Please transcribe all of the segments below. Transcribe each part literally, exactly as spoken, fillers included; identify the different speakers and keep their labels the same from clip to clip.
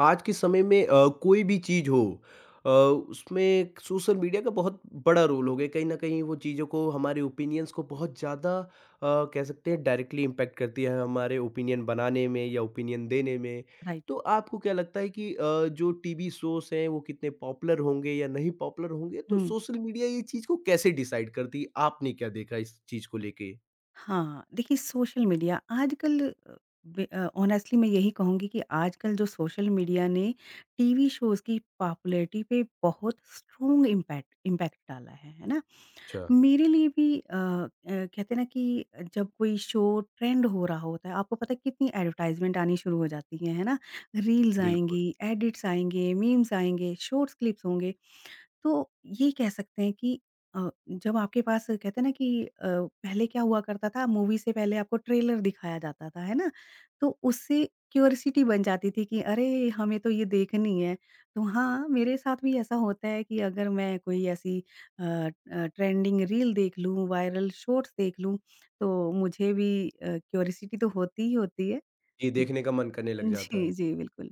Speaker 1: आज के समय में अ, कोई भी चीज़ हो, अ, उसमें सोशल मीडिया का बहुत बड़ा रोल हो गया। कहीं ना कहीं वो चीज़ों को, हमारे ओपिनियंस को बहुत ज़्यादा, अ, कह सकते हैं डायरेक्टली इम्पैक्ट करती है हमारे ओपिनियन बनाने में या ओपिनियन देने में।
Speaker 2: राइट।
Speaker 1: तो आपको क्या लगता है कि अ, जो टीवी शोज हैं वो कितने पॉपुलर होंगे या नहीं पॉपुलर होंगे, तो
Speaker 2: हुँ।
Speaker 1: सोशल मीडिया ये चीज़ को कैसे डिसाइड करती है? आपने क्या देखा इस चीज़ को लेके?
Speaker 2: हाँ, देखिए सोशल मीडिया आजकल अ, बे अ, ऑनेस्टली मैं यही कहूँगी कि आजकल जो सोशल मीडिया ने टीवी शोज़ की पॉपुलैरिटी पे बहुत स्ट्रॉन्ग इम्पैक्ट इम्पैक्ट डाला है, है ना?
Speaker 1: अच्छा।
Speaker 2: मेरे लिए भी अ अ, कहते हैं ना कि जब कोई शो ट्रेंड हो रहा होता है, आपको पता है कितनी एडवर्टाइज़मेंट आनी शुरू हो जाती है, है ना? रील्स
Speaker 1: बिल्कुल।
Speaker 2: आएँगी, एडिट्स आएँगे, मीम्स आएँगे, शॉर्ट्स क्लिप्स होंगे। तो ये कह सकते हैं कि अ, जब आपके पास कहते हैं ना कि अ, पहले क्या हुआ करता था मूवी से पहले आपको ट्रेलर दिखाया जाता था, है ना? तो उससे क्यूरियोसिटी बन जाती थी कि अरे! हमें तो ये देखनी है। तो हाँ, मेरे साथ भी ऐसा होता है कि अगर मैं कोई ऐसी अ अ, ट्रेंडिंग रील देख लूँ, वायरल शॉर्ट्स देख लूँ, तो मुझे भी अ, क्यूरियोसिटी तो होती ही होती है।
Speaker 1: ये देखने का मन करने लग
Speaker 2: उम,
Speaker 1: जाता है।
Speaker 2: जी, जी, बिल्कुल।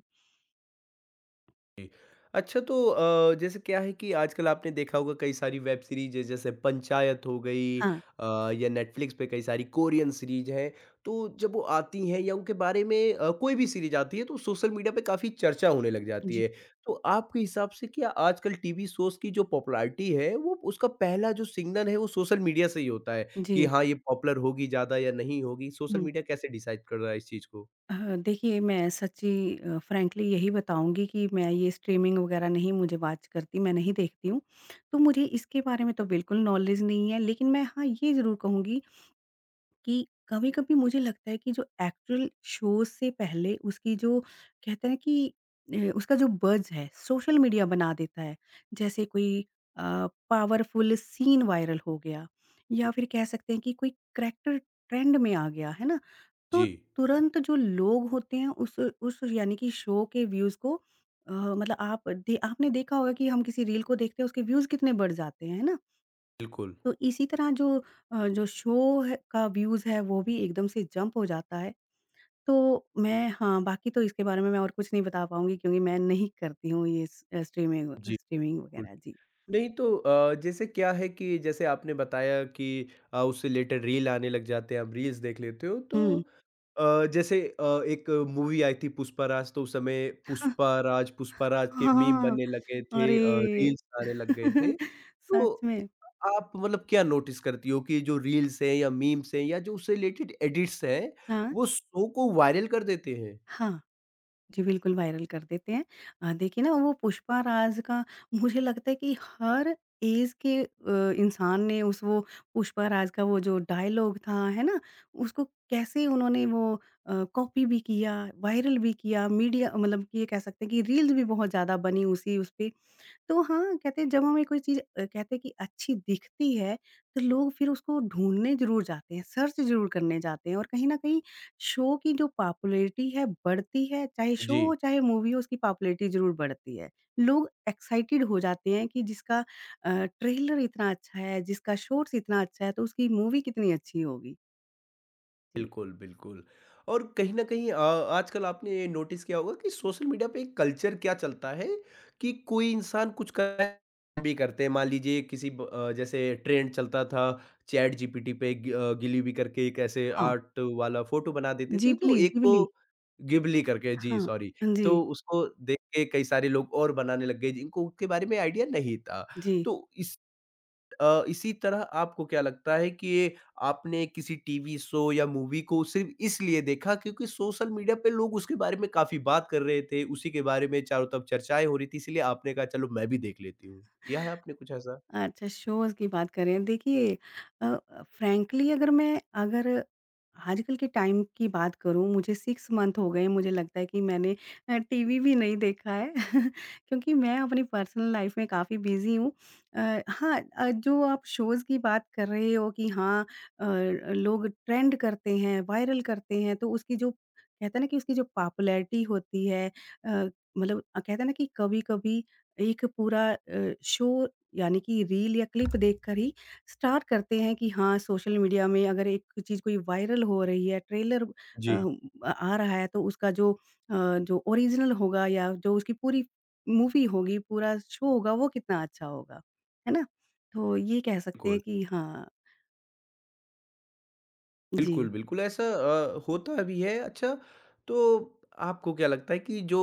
Speaker 1: जी। अच्छा, तो अ, जैसे क्या है कि आजकल आपने देखा होगा कई सारी वेब सीरीज़ है, जैसे पंचायत हो गई,
Speaker 2: हाँ,
Speaker 1: अ, या नेटफ्लिक्स पे कई सारी कोरियन सीरीज़ हैं। तो जब वो आती हैं या उनके बारे में अ, कोई भी सीरीज़ आती है तो सोशल मीडिया पे काफ़ी चर्चा होने लग जाती
Speaker 2: जी,
Speaker 1: है। तो आपके हिसाब से क्या आजकल टीवी शोज़ की जो पॉपुलैरिटी है वो उसका पहला जो सिग्नल है वो सोशल मीडिया से ही होता है कि
Speaker 2: जी।
Speaker 1: हाँ, ये पॉपुलर होगी ज़्यादा या नहीं होगी? सोशल
Speaker 2: हुँ।
Speaker 1: मीडिया कैसे डिसाइड कर रहा है इस चीज़ को?
Speaker 2: अ, देखिए मैं सच्ची अ, फ्रैंकली यही बताऊँगी कि मैं ये स्ट्रीमिंग वग़ैरह नहीं मुझे वाच करती, मैं नहीं देखती हूँ। तो मुझे इसके बारे में तो बिल्कुल नॉलेज नहीं है, लेकिन मैं हाँ, ये ज़रूर कहूँगी कि कभी-कभी मुझे लगता है कि जो एक्चुअल शो से पहले उसकी जो कहते हैं कि अ, उसका जो बज़ है सोशल मीडिया बना देता है। जैसे कोई अ, पावरफुल सीन वायरल हो गया या फिर कह सकते हैं कि कोई करैक्टर ट्रेंड में आ गया, है ना? तो
Speaker 1: जी,
Speaker 2: तुरंत जो लोग होते हैं उस उस यानी कि शो के व्यूज़ को अ, मतलब आप दे आपने देखा होगा कि हम किसी रील को देखते हैं उसके व्यूज़ कितने बढ़ जाते हैं, है ना?
Speaker 1: बिल्कुल।
Speaker 2: तो इसी तरह जो अ, जो शो है का व्यूज़ है वो भी एकदम से जंप हो जाता है। तो मैं हाँ, बाकी तो इसके बारे में मैं और कुछ नहीं बता पाऊँगी क्योंकि मैं नहीं करती हूँ ये स अ, स्ट्रीमिंग अ,
Speaker 1: जी।
Speaker 2: स्ट्रीमिंग
Speaker 1: बिल्कुल।
Speaker 2: वग़ैरह जी।
Speaker 1: नहीं, तो अ, जैसे क्या है कि जैसे आपने बताया कि अ, उससे रिलेटेड रील आने लग जाते हैं, आप रील्स देख लेते हो, तो
Speaker 2: हुँ।
Speaker 1: अ, जैसे अ, एक मूवी आई थी पुष्पाराज, तो उस समय पुष्पाराज पुष्पाराज के मीम
Speaker 2: हाँ,
Speaker 1: बनने लगे थे, अ,
Speaker 2: अरे!
Speaker 1: रील्स आने लग गए थे।
Speaker 2: सच
Speaker 1: तो
Speaker 2: में।
Speaker 1: आप मतलब क्या नोटिस करती हो कि जो रील्स हैं या मीम्स हैं या जो उससे रिलेटेड एडिट्स हैं,
Speaker 2: हाँ?
Speaker 1: वो शो को वायरल कर देते हैं?
Speaker 2: हाँ। जी, बिल्कुल वायरल कर देते हैं। अ, देखिए ना वो पुष्पा राज का मुझे लगता है कि हर ऐज के अ, इंसान ने उस वो पुष्पा राज का वो जो डायलॉग था, है ना? उसको कैसे उन्होंने वो अ, कॉपी भी किया, वायरल भी किया, मीडिया मतलब कि ये कह सकते हैं कि रील्स भी बहुत ज़्यादा बनी उसी उसपे तो हाँ, कहते हैं जब हमें कोई चीज़ अ, कहते हैं कि अच्छी दिखती है, तो लोग फिर उसको ढूँढने ज़रूर जाते हैं, सर्च ज़रूर करने जाते हैं और कहीं न कहीं शो की जो पॉपुलैरिटी है, बढ़ती है, चाहे शो
Speaker 1: जी।
Speaker 2: हो, चाहे मूवी हो, उसकी पॉपुलैरिटी ज़रूर बढ़ती है। लोग एक्साइटेड हो जाते हैं कि जिसका अ, ट्रेलर इतना अच्छा है, जिसका शॉट्स इतना अच्छा है, तो उसकी मूवी कितनी अच्छी होगी। जी।
Speaker 1: बिल्कुल, बिल्कुल। और कहीं न कहीं अ, आजकल आपने नोटिस किया होगा कि सोशल मीडिया पे एक कल्चर क्या चलता है कि कोई इंसान कुछ कर भी करते हैं। मान लीजिए किसी ब अ, जैसे ट्रेंड चलता था, चैट जीपीटी पे गि अ, गिलीबी करके एक ऐसे
Speaker 2: हाँ,
Speaker 1: आर्ट वाला फ़ोटो बना देते थे, तो
Speaker 2: जिबली
Speaker 1: एक
Speaker 2: जिबली।
Speaker 1: को गिबली करके। जी,
Speaker 2: हाँ,
Speaker 1: सॉरी। तो
Speaker 2: जी,
Speaker 1: उसको देख के कई सारे लोग और बनाने लग गए जिनको उसके बारे में आइडिया नहीं था।
Speaker 2: जी।
Speaker 1: तो इस अ, इसी तरह आपको क्या लगता है कि ये आपने किसी टीवी शो या मूवी को सिर्फ़ इसलिए देखा क्योंकि सोशल मीडिया पे लोग उसके बारे में काफ़ी बात कर रहे थे, उसी के बारे में चारों तरफ चर्चाएँ हो रही थी, इसीलिए आपने कहा चलो मैं भी देख लेती हूँ। किया है आपने कुछ ऐसा?
Speaker 2: अच्छा शोज़ की बात करें देखिए अ अ, फ्रैंकली अगर मैं अगर आजकल के टाइम की बात करूँ मुझे सिक्स मंथ हो गए मुझे लगता है कि मैंने अ, टीवी भी नहीं देखा है क्योंकि मैं अपनी पर्सनल लाइफ़ में काफ़ी बिज़ी हूँ। अ, हाँ अ, जो आप शोज़ की बात कर रहे हो कि हाँ अ, लोग ट्रेंड करते हैं, वायरल करते हैं तो उसकी जो कहते हैं ना कि उसकी जो पॉपुलैरिटी होती है अ, मतलब कहते हैं ना कि कभी-कभी एक पूरा अ, शो यानी कि रील या क्लिप देखकर ही स्टार्ट करते हैं कि हाँ, सोशल मीडिया में अगर एक चीज़ कोई वायरल हो रही है, ट्रेलर अ,
Speaker 1: जी,
Speaker 2: आ रहा है तो उसका जो अ, जो ओरिजिनल होगा या जो उसकी पूरी मूवी होगी, पूरा शो होगा वो कितना अच्छा होगा, है ना? तो ये कह सकते
Speaker 1: बिल्कुल।
Speaker 2: हैं कि हाँ जी,
Speaker 1: बिल्कुल, बिल्कुल ऐसा अ, होता भी है। अच्छा, तो आपको क्या लगता है कि जो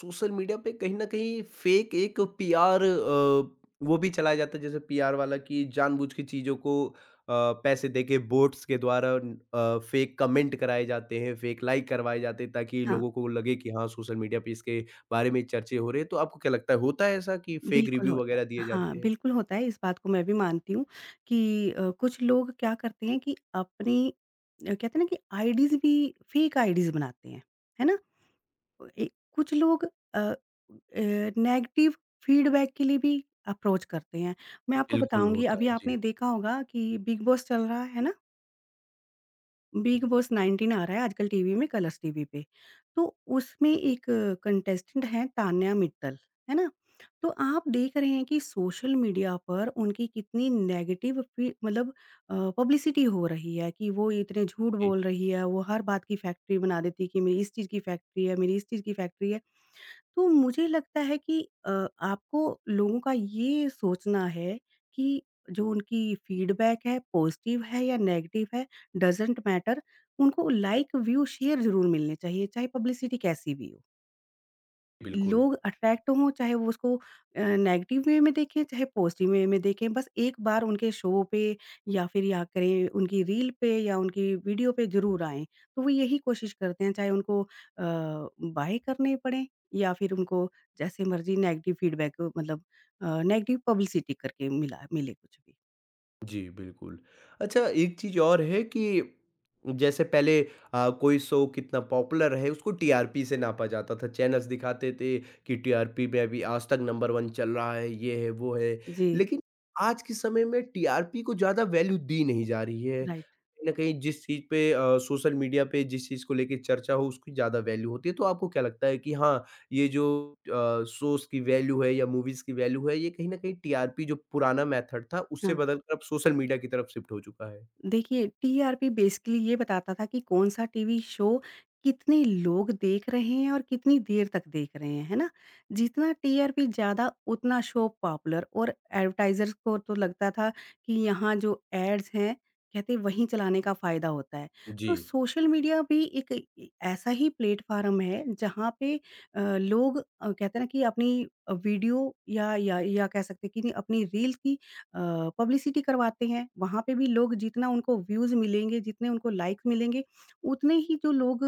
Speaker 1: सोशल मीडिया पे कहीं न कहीं फ़ेक एक पीआर, अ, वो भी चलाया जाता है, जैसे पीआर वाला कि जानबूझ के चीज़ों को अ, पैसे देके बोट्स के द्वारा अ, फ़ेक कमेंट कराए जाते हैं, फ़ेक लाइक करवाए जाते हैं, ताकि
Speaker 2: हाँ,
Speaker 1: लोगों को लगे कि हाँ, सोशल मीडिया पे इसके बारे में चर्चे हो रहे हैं। तो आपको क्या लगता है, होता है ऐसा कि फ़ेक
Speaker 2: बिल्कुल
Speaker 1: रिव्यू
Speaker 2: होता है।
Speaker 1: वगैरह दिए जाते
Speaker 2: हाँ,
Speaker 1: हैं?
Speaker 2: बिल्कुल होता है इस बात को मैं भी मानती हूँ कि अ, कुछ लोग क्या करते हैं कि अपनी अ, कहते हैं ना कि आईडीज़ भी फेक आईडीज़ बनाते हैं, है ना? ए कुछ लोग अ अ, नेगेटिव फीडबैक के लिए भी अप्रोच करते हैं। मैं आपको
Speaker 1: बिल्कुल
Speaker 2: बताऊँगी
Speaker 1: होता
Speaker 2: अभी
Speaker 1: है। जी,
Speaker 2: आपने देखा होगा कि बिग बॉस चल रहा है ना? बिग बॉस नाइन्टीन आ रहा है आजकल टीवी में कलर्स टीवी पे। तो उसमें एक कंटेस्टेंट हैं तान्या मित्तल, है ना? तो आप देख रहे हैं कि सोशल मीडिया पर उनकी कितनी नेगेटिव फी मतलब अ, पब्लिसिटी हो रही है कि वो इतने झूठ
Speaker 1: जी,
Speaker 2: बोल रही है, वो हर बात की फैक्ट्री बना देती है कि मेरी इस चीज़ की फैक्ट्री है, मेरी इस चीज़ की फैक्ट्री है। तो मुझे लगता है कि अ, आपको लोगों का ये सोचना है कि जो उनकी फीडबैक है पॉजिटिव है या नेगेटिव है डज़न्ट मैटर उनको लाइक व्यू शेयर ज़रूर मिलने चाहिए, चाहे पब्लिसिटी कैसी भी हो।
Speaker 1: बिल्कुल।
Speaker 2: लोग अट्रैक्ट हों, चाहे वो उसको अ, नेगेटिव वे में देखें, चाहे पॉज़िटिव वे में देखें, बस एक बार उनके शो पे या फिर या करें उनकी रील पे या उनकी वीडियो पे ज़रूर आएँ। तो वो यही कोशिश करते हैं, चाहे उनको अ, बाय करने पड़ें या फिर उनको जैसे मर्ज़ी नेगेटिव फीडबैक मतलब अ, नेगेटिव पब्लिसिटी करके मिला मिले कुछ भी।
Speaker 1: जी, बिल्कुल। अच्छा, एक चीज़ और है कि जैसे पहले अ, कोई शो कितना पॉपुलर है उसको टीआरपी से नापा जाता था। चैनल्स दिखाते थे कि टीआरपी में अभी आज तक नंबर वन चल रहा है, ये है, वो है।
Speaker 2: जी,
Speaker 1: लेकिन आज के समय में टीआरपी को ज़्यादा वैल्यू दी नहीं जा रही है।
Speaker 2: राइट।
Speaker 1: कहीं न कहीं जिस चीज़ पे, अ, सोशल मीडिया पे जिस चीज़ को लेके चर्चा हो उसकी ज़्यादा वैल्यू होती है। तो आपको क्या लगता है कि हाँ, ये जो अ, शोज़ की वैल्यू है या मूवीज़ की वैल्यू है, ये कहीं न कहीं टीआरपी जो पुराना मेथड था, उससे
Speaker 2: हाँ।
Speaker 1: बदलकर अब सोशल मीडिया की तरफ शिफ्ट हो चुका है।
Speaker 2: देखिए, टीआरपी बेसिकली ये बताता था कि कौन-सा टीवी शो कितने लोग देख रहे हैं और कितनी देर तक देख रहे हैं, है ना? जितना टीआरपी ज़्यादा उतना शो पॉपुलर और एडवर्टाइज़र्स को तो लगता था कि यहाँ जो एड्स हैं, कहते वहीं चलाने का फ़ायदा होता है।
Speaker 1: जी,
Speaker 2: तो सोशल मीडिया भी एक ए ऐसा ही प्लेटफ़ॉर्म है जहाँ पे अ, लोग अ, कहते हैं ना कि अपनी अ, वीडियो या या या कह सकते हैं कि नहीं, अपनी रील की अ, पब्लिसिटी करवाते हैं, वहाँ पे भी लोग जितना उनको व्यूज़ मिलेंगे, जितने उनको लाइक्स मिलेंगे, उतने ही जो लोग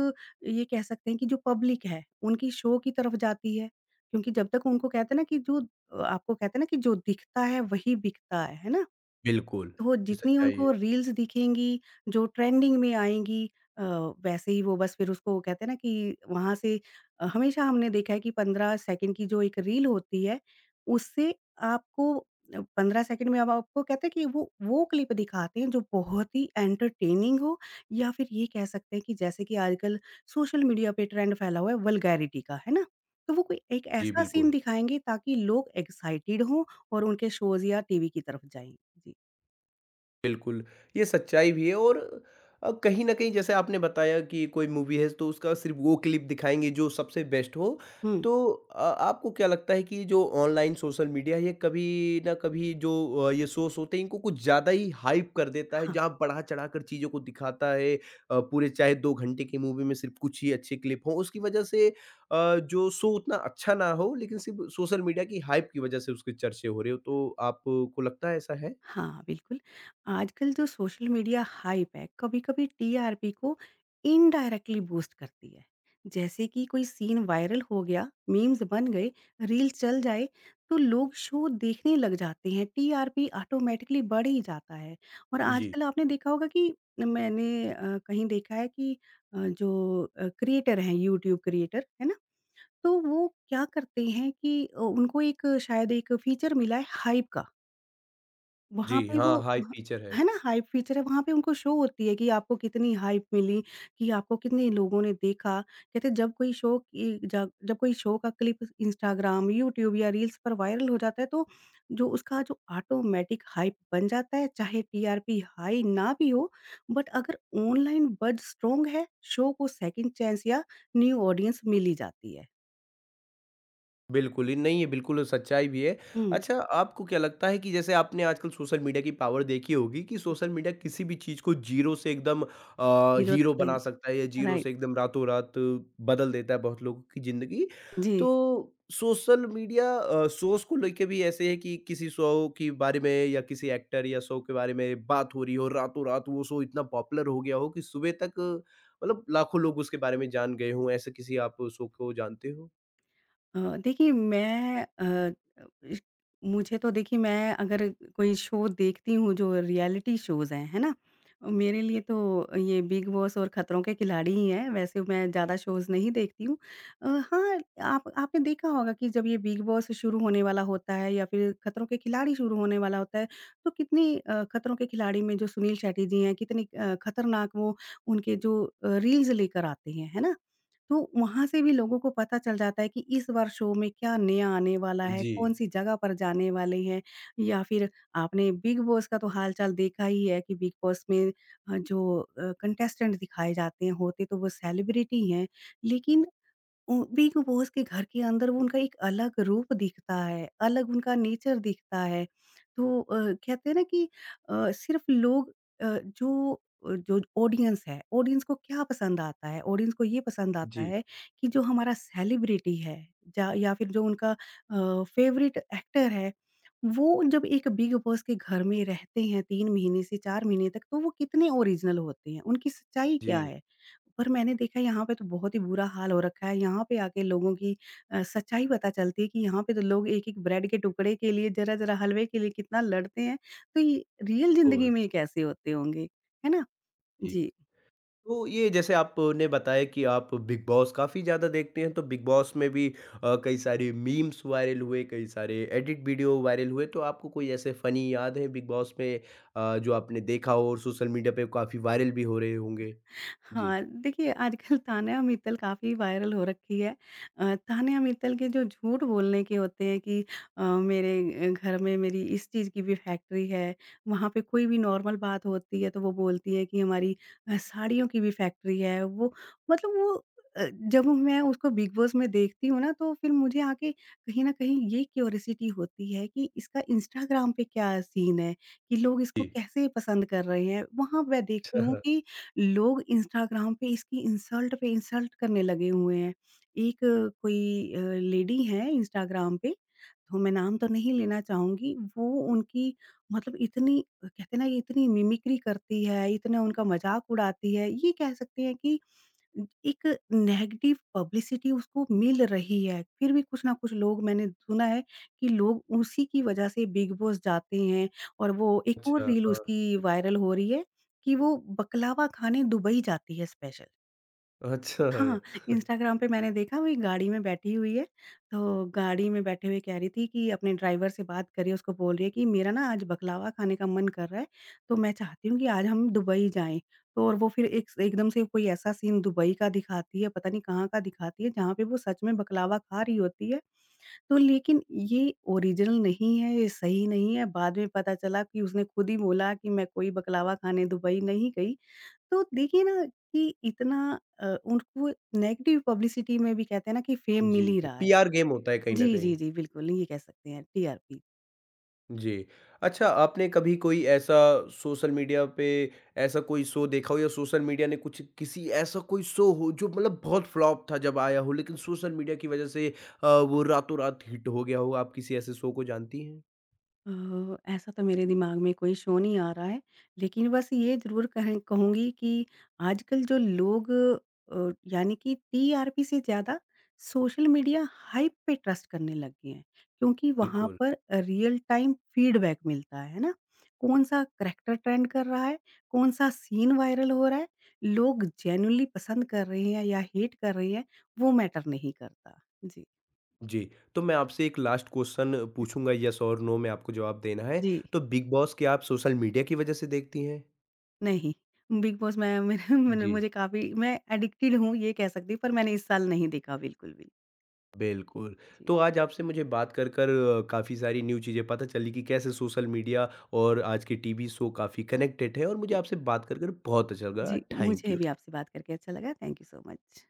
Speaker 2: ये कह सकते हैं कि जो पब्लिक है, उनकी शो की तरफ जाती है। क्योंकि जब तक उनको कहते हैं ना कि जो अ, आपको कहते हैं ना कि जो दिखता है वही बिकता है, है ना?
Speaker 1: बिल्कुल,
Speaker 2: वो
Speaker 1: ये
Speaker 2: जितनी
Speaker 1: सच्चाई है।
Speaker 2: उनको रील्स दिखेंगी, जो ट्रेंडिंग में आएँगी अ, वैसे ही वो बस फिर उसको वो कहते हैं ना कि वहाँ से अ, हमेशा हमने देखा है कि पंद्रह सेकंड की जो एक रील होती है, उससे आपको अ, पंद्रह सेकंड में अब आपको कहते हैं कि वो वो क्लिप दिखाते हैं जो बहुत ही एंटरटेनिंग हो या फिर ये कह सकते हैं कि जैसे कि आजकल सोशल मीडिया पे ट्रेंड फैला हुआ है वल्गैरिटी का, है ना? तो वो कोई एक
Speaker 1: जी,
Speaker 2: ऐसा सीन
Speaker 1: बिल्कुल।
Speaker 2: दिखाएँगे ताकि लोग एक्साइटेड हों और उनके शोज़ या टीवी की तरफ जाएँ। जी।
Speaker 1: बिल्कुल, ये सच्चाई भी है। और अ, कहीं न कहीं जैसे आपने बताया कि कोई मूवी है तो उसका सिर्फ़ वो क्लिप दिखाएँगे जो सबसे बेस्ट हो।
Speaker 2: हुँ।
Speaker 1: तो अ, आपको क्या लगता है कि जो ऑनलाइन सोशल मीडिया है ये कभी न कभी जो अ, ये सोर्स होते हैं इनको कुछ ज़्यादा ही हाइप कर देता है,
Speaker 2: हाँ,
Speaker 1: जहाँ बढ़ा-चढ़ा कर चीज़ों को दिखाता है। अ, पूरे चाहे दो घंटे की मूवी में सिर्फ़ कुछ ही अच्छे क्लिप हों, उसकी वजह से अ, जो शो उतना अच्छा ना हो लेकिन सिर्फ़ सोशल मीडिया की हाइप की वजह से उसके चर्चे हो रहे हो। तो आपको लगता है ऐसा है?
Speaker 2: हाँ, बिल्कुल। आजकल जो सोशल मीडिया हाइप है, कभी-कभी टीआरपी को इनडायरेक्टली बूस्ट करती है। जैसे कि कोई सीन वायरल हो गया, मीम्स बन गए, रील चल जाए, तो लोग शो देखने लग जाते हैं, टीआरपी ऑटोमैटिकली बढ़ ही जाता है। और
Speaker 1: जी।
Speaker 2: आजकल आपने देखा होगा कि मैंने अ, कहीं देखा है कि अ, जो अ, क्रिएटर हैं, यूट्यूब क्रिएटर, है ना? तो वो क्या करते हैं कि अ, उनको एक शायद एक फीचर मिला है हाइप का। वहाँ
Speaker 1: जी,
Speaker 2: पे
Speaker 1: हाँ,
Speaker 2: वो
Speaker 1: हाई
Speaker 2: ह
Speaker 1: फीचर है।
Speaker 2: है ना हाइप फीचर है, वहाँ पे उनको शो होती है कि आपको कितनी हाइप मिली, कि आपको कितने लोगों ने देखा। कहते हैं जब कोई शो की जब जब कोई शो का क्लिप इंस्टाग्राम, यूट्यूब या रील्स पर वायरल हो जाता है तो जो उसका जो ऑटोमैटिक हाइप बन जाता है, चाहे टीआरपी हाई ना भी हो, बट अगर ऑनलाइन बज़ स्ट्रॉन्ग है, शो को सेकंड चांस या न्यू ऑडियंस मिल ही जाती है।
Speaker 1: बिल्कुल, ये नहीं है, बिल्कुल सच्चाई भी है।
Speaker 2: हुँ,
Speaker 1: अच्छा, आपको क्या लगता है कि जैसे आपने आजकल सोशल मीडिया की पावर देखी होगी कि
Speaker 2: हुँ,
Speaker 1: सोशल मीडिया किसी भी चीज़ को ज़ीरो से एकदम अ,
Speaker 2: हीरो तक
Speaker 1: हीरो
Speaker 2: ले
Speaker 1: बना
Speaker 2: लो
Speaker 1: सकता है, या ज़ीरो
Speaker 2: राइट,
Speaker 1: से एकदम रातों-रात बदल देता है बहुत लोगों की ज़िंदगी।
Speaker 2: जी।
Speaker 1: तो सोशल मीडिया अ, सोर्स को लेके भी ऐसे है कि किसी शो के बारे में या किसी एक्टर या शो के बारे में बात हो रही हो, रातों-रात वो शो इतना पॉपुलर हो गया हो कि सुबह तक मतलब लाखों लोग उसके बारे में जान गए हों। ऐसे किसी आप शो को जानते हो?
Speaker 2: अ, देखिए मैं अ, इस मुझे तो देखिए मैं अगर कोई शो देखती हूँ जो रियलिटी शोज़ हैं, है ना? मेरे लिए तो ये बिग बॉस और खतरों के खिलाड़ी ही हैं, वैसे मैं ज़्यादा शोज़ नहीं देखती हूँ। अ, हाँ, आप आपने देखा होगा कि जब ये बिग बॉस शुरू होने वाला होता है या फिर खतरों के खिलाड़ी शुरू होने वाला होता है, तो कितनी अ, खतरों के खिलाड़ी में जो सुनील शेट्टी जी हैं, कितनी अ, खतरनाक वो उनके जो अ, रील्स लेकर आते हैं, है ना? तो वहाँ से भी लोगों को पता चल जाता है कि इस बार शो में क्या नया आने वाला है,
Speaker 1: जी।
Speaker 2: कौन-सी जगह पर जाने वाले हैं या फिर आपने बिग बॉस का तो हाल-चाल देखा ही है कि बिग बॉस में अ, जो अ, कंटेस्टेंट दिखाए जाते हैं, होते तो वो सेलिब्रिटी हैं, लेकिन उम, बिग बॉस के घर के अंदर वो उनका एक अलग रूप दिखता है, अलग उनका नेचर दिखता है। तो अ, कहते हैं ना कि अ, सिर्फ़ लोग अ, जो अ, जो ऑडियंस है, ऑडियंस को क्या पसंद आता है? ऑडियंस को ये पसंद आता
Speaker 1: जी,
Speaker 2: है कि जो हमारा सेलिब्रिटी है जा या फिर जो उनका अ, फेवरेट एक्टर है, वो जब एक बिग बॉस के घर में रहते हैं तीन महीने से चार महीने तक, तो वो कितने ओरिजिनल होते हैं, उनकी सच्चाई क्या
Speaker 1: जी,
Speaker 2: है? पर मैंने देखा यहाँ पे तो बहुत ही बुरा हाल हो रखा है, यहाँ पे आके लोगों की अ, सच्चाई पता चलती है कि यहाँ पे तो लोग एक-एक ब्रेड के टुकड़े के लिए, ज़रा-ज़रा हलवे के लिए कितना लड़ते हैं, तो ये रियल ज़िंदगी
Speaker 1: बिल्कुल।
Speaker 2: में ये कैसे होते होंगे, है ना?
Speaker 1: जी,
Speaker 2: जी।
Speaker 1: तो ये जैसे आपने बताया कि आप बिग बॉस काफ़ी ज़्यादा देखते हैं, तो बिग बॉस में भी अ, कई सारे मीम्स वायरल हुए, कई सारे एडिट वीडियो वायरल हुए, तो आपको कोई ऐसे फ़नी याद है बिग बॉस में अ, जो आपने देखा हो और सोशल मीडिया पे काफ़ी वायरल भी हो रहे होंगे? जी,
Speaker 2: हाँ, देखिए आजकल तान्या मित्तल काफ़ी वायरल हो रखी है। अ, तान्या मित्तल के जो झूठ बोलने के होते हैं कि अ, मेरे घर में मेरी इस चीज़ की भी फैक्ट्री है, वहाँ पे कोई भी नॉर्मल बात होती है तो वो बोलती है कि हमारी अ, साड़ियों की भी फैक्ट्री है। वो मतलब वो अ, जब मैं उसको बिग बॉस में देखती हूँ ना तो फिर मुझे आके कहीं न कहीं ये क्यूरियोसिटी होती है कि इसका इंस्टाग्राम पे क्या सीन है? कि लोग इसको
Speaker 1: जी।
Speaker 2: कैसे पसंद कर रहे हैं? वहाँ मैं देखती हूँ
Speaker 1: अच्छा,
Speaker 2: कि लोग इंस्टाग्राम पे इसकी इंसल्ट पे इंसल्ट करने लगे हुए हैं। एक कोई अ, कोई लेडी है इंस्टाग्राम पे, तो मैं नाम तो नहीं लेना चाहूँगी, वो उनकी मतलब इतनी कहते हैं ना, ये इतनी मिमिक्री करती है, इतना उनका मज़ाक उड़ाती है। ये कह सकते हैं कि एक नेगेटिव पब्लिसिटी उसको मिल रही है। फिर भी कुछ ना कुछ लोग मैंने सुना है कि लोग उसी की वजह से बिग बॉस जाते हैं और वो एक और
Speaker 1: अच्छा,
Speaker 2: रील
Speaker 1: हाँ।
Speaker 2: उसकी वायरल हो रही है कि वो बकलावा खाने दुबई जाती है स्पेशल।
Speaker 1: अच्छा।
Speaker 2: हाँ, इंस्टाग्राम पे मैंने देखा वो एक गाड़ी में बैठी हुई है, तो गाड़ी में बैठे हुए कह रही थी कि अपने ड्राइवर से बात कर रही है, उसको बोल रही है कि मेरा ना आज बकलावा खाने का मन कर रहा है, तो मैं चाहती हूँ कि आज हम दुबई जाएँ। तो और वो फिर एक एकदम से कोई ऐसा सीन दुबई का दिखाती है, पता नहीं कहाँ का दिखाती है, जहाँ पे वो सच में बकलावा खा रही होती है। तो लेकिन ये ओरिजिनल नहीं है, ये सही नहीं है, बाद में पता चला कि उसने खुद ही बोला कि मैं कोई बकलावा खाने दुबई नहीं गई। तो देखिए ना कि इतना अ, उनको नेगेटिव पब्लिसिटी में भी कहते हैं ना कि फेम
Speaker 1: जी,
Speaker 2: मिल ही रहा है।
Speaker 1: पीआर गेम होता है कहीं न
Speaker 2: जी, जी,
Speaker 1: कहीं।
Speaker 2: जी, बिल्कुल ये कह सकते हैं टीआरपी।
Speaker 1: जी। अच्छा, आपने कभी कोई ऐसा सोशल मीडिया पे ऐसा कोई शो देखा हो, या सोशल मीडिया ने कुछ किसी, ऐसा कोई शो हो जो मतलब बहुत फ्लॉप था जब आया हो लेकिन सोशल मीडिया की वज़ह से अ, वो रातों-रात हिट हो गया हो, आप किसी ऐसे शो को जानती हैं?
Speaker 2: अ, ऐसा तो मेरे दिमाग में कोई शो नहीं आ रहा है, लेकिन बस ये ज़रूर कहें कहूँगी कि आजकल जो लोग अ, यानी कि टीआरपी से ज़्यादा सोशल मीडिया हाइप पे ट्रस्ट करने लग गए हैं, क्योंकि वहाँ
Speaker 1: बिल्कुल।
Speaker 2: पर रियल टाइम फीडबैक मिलता है, है ना? कौन-सा करैक्टर ट्रेंड कर रहा है, कौन-सा सीन वायरल हो रहा है, लोग जेन्युइनली पसंद कर रहे हैं या हेट कर रहे हैं, वो मैटर नहीं करता। जी।
Speaker 1: जी, तो मैं आपसे एक लास्ट क्वेश्चन पूछूँगा, येस और नो में आपको जवाब देना है।
Speaker 2: जी।
Speaker 1: तो बिग बॉस क्या आप सोशल मीडिया की वज़ह से देखती हैं?
Speaker 2: नहीं, बिग बॉस मैं मेरे मैंने
Speaker 1: जी।
Speaker 2: मुझे काफ़ी मैं एडिक्टेड हूँ ये कह सकती हूँ, पर मैंने इस साल नहीं देखा बिल्कुल भी।
Speaker 1: बिल्कुल।
Speaker 2: जी,
Speaker 1: तो आज आपसे मुझे बात कर कर काफ़ी सारी न्यू चीज़ें पता चली कि कैसे सोशल मीडिया और आज के टीवी शो काफ़ी कनेक्टेड है, और मुझे
Speaker 2: जी,
Speaker 1: आपसे बात कर कर बहुत अच्छा लगा।
Speaker 2: जी,
Speaker 1: थैंक
Speaker 2: मुझे
Speaker 1: यू।
Speaker 2: भी आपसे बात करके अच्छा लगा। Thank you so much.